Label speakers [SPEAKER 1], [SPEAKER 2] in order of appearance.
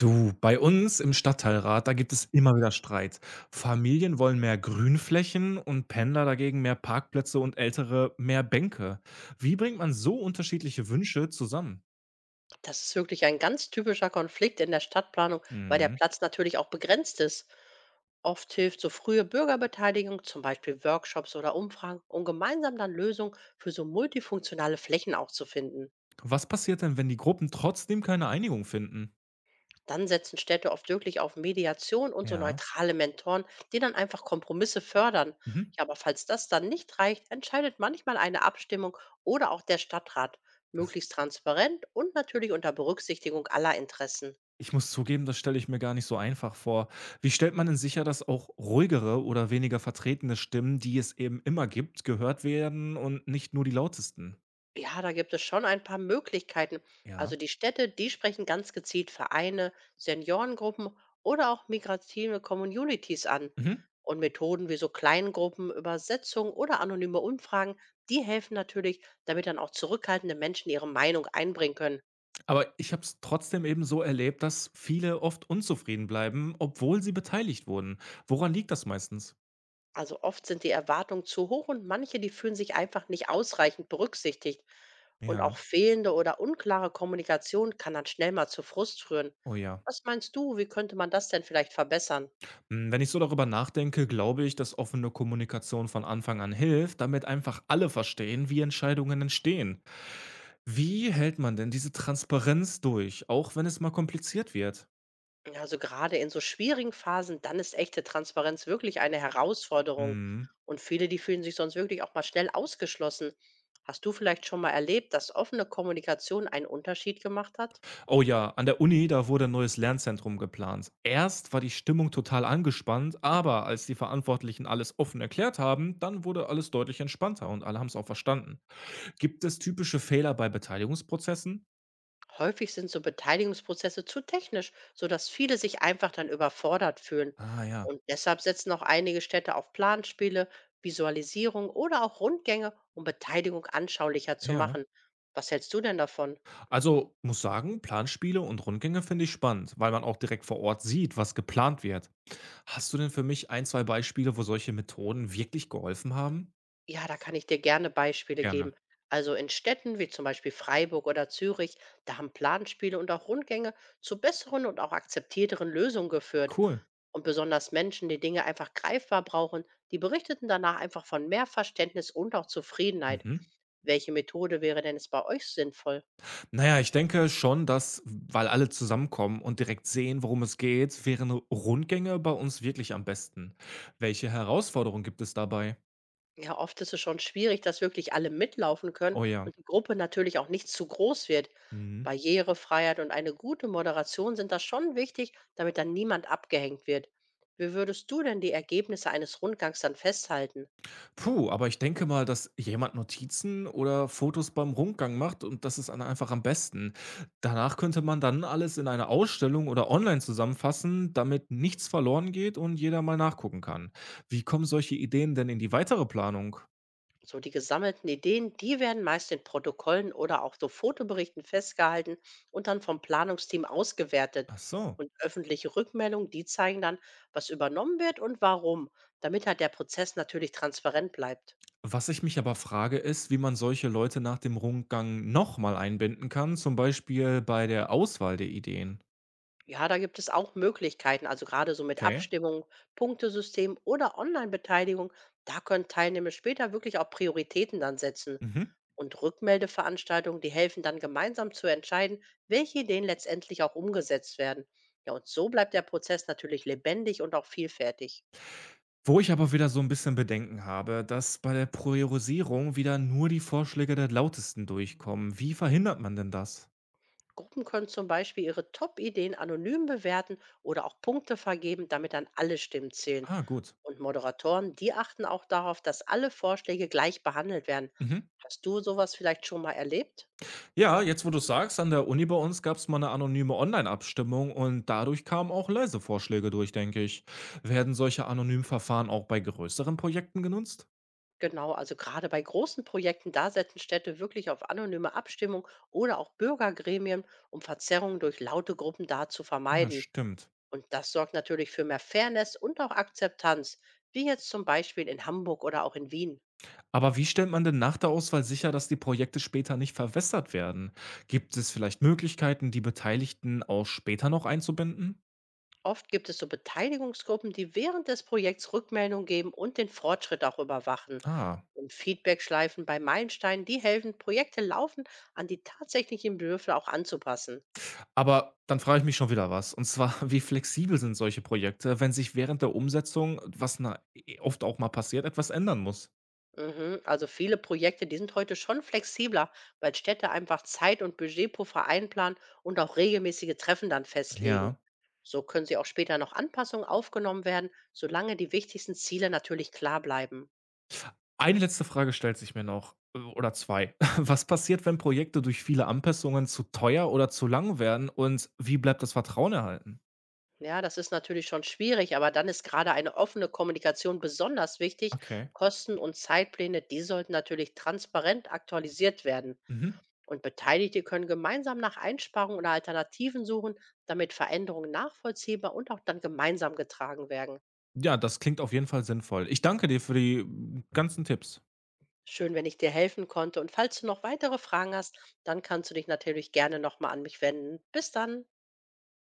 [SPEAKER 1] Du, bei uns im Stadtteilrat, da gibt es immer wieder Streit. Familien wollen mehr Grünflächen und Pendler dagegen mehr Parkplätze und Ältere mehr Bänke. Wie bringt man so unterschiedliche Wünsche zusammen?
[SPEAKER 2] Das ist wirklich ein ganz typischer Konflikt in der Stadtplanung, weil der
[SPEAKER 1] Mhm.
[SPEAKER 2] Platz natürlich auch begrenzt ist. Oft hilft so frühe Bürgerbeteiligung, zum Beispiel Workshops oder Umfragen, um gemeinsam dann Lösungen für so multifunktionale Flächen auch zu finden.
[SPEAKER 1] Was passiert denn, wenn die Gruppen trotzdem keine Einigung finden?
[SPEAKER 2] Dann setzen Städte oft wirklich auf Mediation und so
[SPEAKER 1] Ja.
[SPEAKER 2] neutrale Mentoren, die dann einfach Kompromisse fördern.
[SPEAKER 1] Mhm.
[SPEAKER 2] Ja, aber falls das dann nicht reicht, entscheidet manchmal eine Abstimmung oder auch der Stadtrat,
[SPEAKER 1] Das,
[SPEAKER 2] möglichst transparent und natürlich unter Berücksichtigung aller Interessen.
[SPEAKER 1] Ich muss zugeben, das stelle ich mir gar nicht so einfach vor. Wie stellt man denn sicher, dass auch ruhigere oder weniger vertretene Stimmen, die es eben immer gibt, gehört werden und nicht nur die lautesten?
[SPEAKER 2] Ja, da gibt es schon ein paar Möglichkeiten.
[SPEAKER 1] Ja.
[SPEAKER 2] Also die Städte, die sprechen ganz gezielt Vereine, Seniorengruppen oder auch migrative Communities an.
[SPEAKER 1] Mhm.
[SPEAKER 2] Und Methoden wie so Kleingruppen, Übersetzungen oder anonyme Umfragen, die helfen natürlich, damit dann auch zurückhaltende Menschen ihre Meinung einbringen können.
[SPEAKER 1] Aber ich habe es trotzdem eben so erlebt, dass viele oft unzufrieden bleiben, obwohl sie beteiligt wurden. Woran liegt das meistens?
[SPEAKER 2] Also oft sind die Erwartungen zu hoch und manche, die fühlen sich einfach nicht ausreichend berücksichtigt. Und auch
[SPEAKER 1] Ja.
[SPEAKER 2] fehlende oder unklare Kommunikation kann dann schnell mal zu Frust führen.
[SPEAKER 1] Oh ja.
[SPEAKER 2] Was meinst du, wie könnte man das denn vielleicht verbessern?
[SPEAKER 1] Wenn ich so darüber nachdenke, glaube ich, dass offene Kommunikation von Anfang an hilft, damit einfach alle verstehen, wie Entscheidungen entstehen. Wie hält man denn diese Transparenz durch, auch wenn es mal kompliziert wird?
[SPEAKER 2] Ja, also gerade in so schwierigen Phasen, dann ist echte Transparenz wirklich eine Herausforderung. Und viele, die fühlen sich sonst wirklich auch mal schnell ausgeschlossen. Hast du vielleicht schon mal erlebt, dass offene Kommunikation einen Unterschied gemacht hat?
[SPEAKER 1] Oh ja, an der Uni, da wurde ein neues Lernzentrum geplant. Erst war die Stimmung total angespannt, aber als die Verantwortlichen alles offen erklärt haben, dann wurde alles deutlich entspannter und alle haben es auch verstanden. Gibt es typische Fehler bei Beteiligungsprozessen?
[SPEAKER 2] Häufig sind so Beteiligungsprozesse zu technisch, sodass viele sich einfach dann überfordert fühlen.
[SPEAKER 1] Ah ja,
[SPEAKER 2] Und deshalb setzen auch einige Städte auf Planspiele, Visualisierung oder auch Rundgänge, um Beteiligung anschaulicher zu
[SPEAKER 1] ja.
[SPEAKER 2] machen. Was hältst du denn davon?
[SPEAKER 1] Also muss sagen, Planspiele und Rundgänge finde ich spannend, weil man auch direkt vor Ort sieht, was geplant wird. Hast du denn für mich ein, zwei Beispiele, wo solche Methoden wirklich geholfen haben?
[SPEAKER 2] Ja, da kann ich dir gerne Beispiele
[SPEAKER 1] Gerne.
[SPEAKER 2] geben. Also in Städten wie zum Beispiel Freiburg oder Zürich, da haben Planspiele und auch Rundgänge zu besseren und auch akzeptierteren Lösungen geführt.
[SPEAKER 1] Cool.
[SPEAKER 2] Und besonders Menschen, die Dinge einfach greifbar brauchen, die berichteten danach einfach von mehr Verständnis und auch Zufriedenheit.
[SPEAKER 1] Mhm.
[SPEAKER 2] Welche Methode wäre denn es bei euch sinnvoll?
[SPEAKER 1] Na ja, ich denke schon, dass weil alle zusammenkommen und direkt sehen, worum es geht, wären Rundgänge bei uns wirklich am besten. Welche Herausforderungen gibt es dabei?
[SPEAKER 2] Ja, oft ist es schon schwierig, dass wirklich alle mitlaufen können
[SPEAKER 1] Oh ja.
[SPEAKER 2] und die Gruppe natürlich auch nicht zu groß wird.
[SPEAKER 1] Mhm.
[SPEAKER 2] Barrierefreiheit und eine gute Moderation sind da schon wichtig, damit dann niemand abgehängt wird. Wie würdest du denn die Ergebnisse eines Rundgangs dann festhalten?
[SPEAKER 1] Puh, aber ich denke mal, dass jemand Notizen oder Fotos beim Rundgang macht und das ist dann einfach am besten. Danach könnte man dann alles in einer Ausstellung oder online zusammenfassen, damit nichts verloren geht und jeder mal nachgucken kann. Wie kommen solche Ideen denn in die weitere Planung?
[SPEAKER 2] So die gesammelten Ideen, die werden meist in Protokollen oder auch so Fotoberichten festgehalten und dann vom Planungsteam ausgewertet.
[SPEAKER 1] Ach so.
[SPEAKER 2] Und öffentliche Rückmeldungen, die zeigen dann, was übernommen wird und warum, damit halt der Prozess natürlich transparent bleibt.
[SPEAKER 1] Was ich mich aber frage, ist, wie man solche Leute nach dem Rundgang noch mal einbinden kann, zum Beispiel bei der Auswahl der Ideen.
[SPEAKER 2] Ja, da gibt es auch Möglichkeiten, also gerade so mit
[SPEAKER 1] Okay.
[SPEAKER 2] Abstimmung, Punktesystem oder Online-Beteiligung. Da können Teilnehmer später wirklich auch Prioritäten dann setzen.
[SPEAKER 1] Mhm.
[SPEAKER 2] Und Rückmeldeveranstaltungen, die helfen dann gemeinsam zu entscheiden, welche Ideen letztendlich auch umgesetzt werden. Ja, und so bleibt der Prozess natürlich lebendig und auch vielfältig.
[SPEAKER 1] Wo ich aber wieder so ein bisschen Bedenken habe, dass bei der Priorisierung wieder nur die Vorschläge der Lautesten durchkommen. Wie verhindert man denn das?
[SPEAKER 2] Gruppen können zum Beispiel ihre Top-Ideen anonym bewerten oder auch Punkte vergeben, damit dann alle Stimmen zählen.
[SPEAKER 1] Ah, gut.
[SPEAKER 2] Und Moderatoren, die achten auch darauf, dass alle Vorschläge gleich behandelt werden.
[SPEAKER 1] Mhm.
[SPEAKER 2] Hast du sowas vielleicht schon mal erlebt?
[SPEAKER 1] Ja, jetzt wo du sagst, an der Uni bei uns gab es mal eine anonyme Online-Abstimmung und dadurch kamen auch leise Vorschläge durch, denke ich. Werden solche anonymen Verfahren auch bei größeren Projekten genutzt?
[SPEAKER 2] Genau, also gerade bei großen Projekten, da setzen Städte wirklich auf anonyme Abstimmung oder auch Bürgergremien, um Verzerrungen durch laute Gruppen da zu
[SPEAKER 1] Ja,
[SPEAKER 2] vermeiden.
[SPEAKER 1] stimmt.
[SPEAKER 2] Und das sorgt natürlich für mehr Fairness und auch Akzeptanz, wie jetzt zum Beispiel in Hamburg oder auch in Wien.
[SPEAKER 1] Aber wie stellt man denn nach der Auswahl sicher, dass die Projekte später nicht verwässert werden? Gibt es vielleicht Möglichkeiten, die Beteiligten auch später noch einzubinden?
[SPEAKER 2] Oft gibt es so Beteiligungsgruppen, die während des Projekts Rückmeldung geben und den Fortschritt auch überwachen.
[SPEAKER 1] Ah,
[SPEAKER 2] Und Feedbackschleifen bei Meilensteinen, die helfen, Projekte laufend an die tatsächlichen Bedürfe auch anzupassen.
[SPEAKER 1] aber dann frage ich mich schon wieder was. Und zwar, wie flexibel sind solche Projekte, wenn sich während der Umsetzung, was na, eh oft auch mal passiert, etwas ändern muss?
[SPEAKER 2] Mhm. Also viele Projekte, die sind heute schon flexibler, weil Städte einfach Zeit- und Budgetpuffer einplanen und auch regelmäßige Treffen dann festlegen.
[SPEAKER 1] Ja.
[SPEAKER 2] So können sie auch später noch Anpassungen aufgenommen werden, solange die wichtigsten Ziele natürlich klar bleiben.
[SPEAKER 1] Eine letzte Frage stellt sich mir noch. Oder zwei. Was passiert, wenn Projekte durch viele Anpassungen zu teuer oder zu lang werden? Und wie bleibt das Vertrauen erhalten?
[SPEAKER 2] Ja, das ist natürlich schon schwierig, aber dann ist gerade eine offene Kommunikation besonders wichtig.
[SPEAKER 1] Okay.
[SPEAKER 2] Kosten und Zeitpläne, die sollten natürlich transparent aktualisiert werden.
[SPEAKER 1] Mhm.
[SPEAKER 2] Und Beteiligte können gemeinsam nach Einsparungen oder Alternativen suchen, damit Veränderungen nachvollziehbar und auch dann gemeinsam getragen werden.
[SPEAKER 1] Ja, das klingt auf jeden Fall sinnvoll. Ich danke dir für die ganzen Tipps.
[SPEAKER 2] Schön, wenn ich dir helfen konnte. Und falls du noch weitere Fragen hast, dann kannst du dich natürlich gerne nochmal an mich wenden. Bis dann.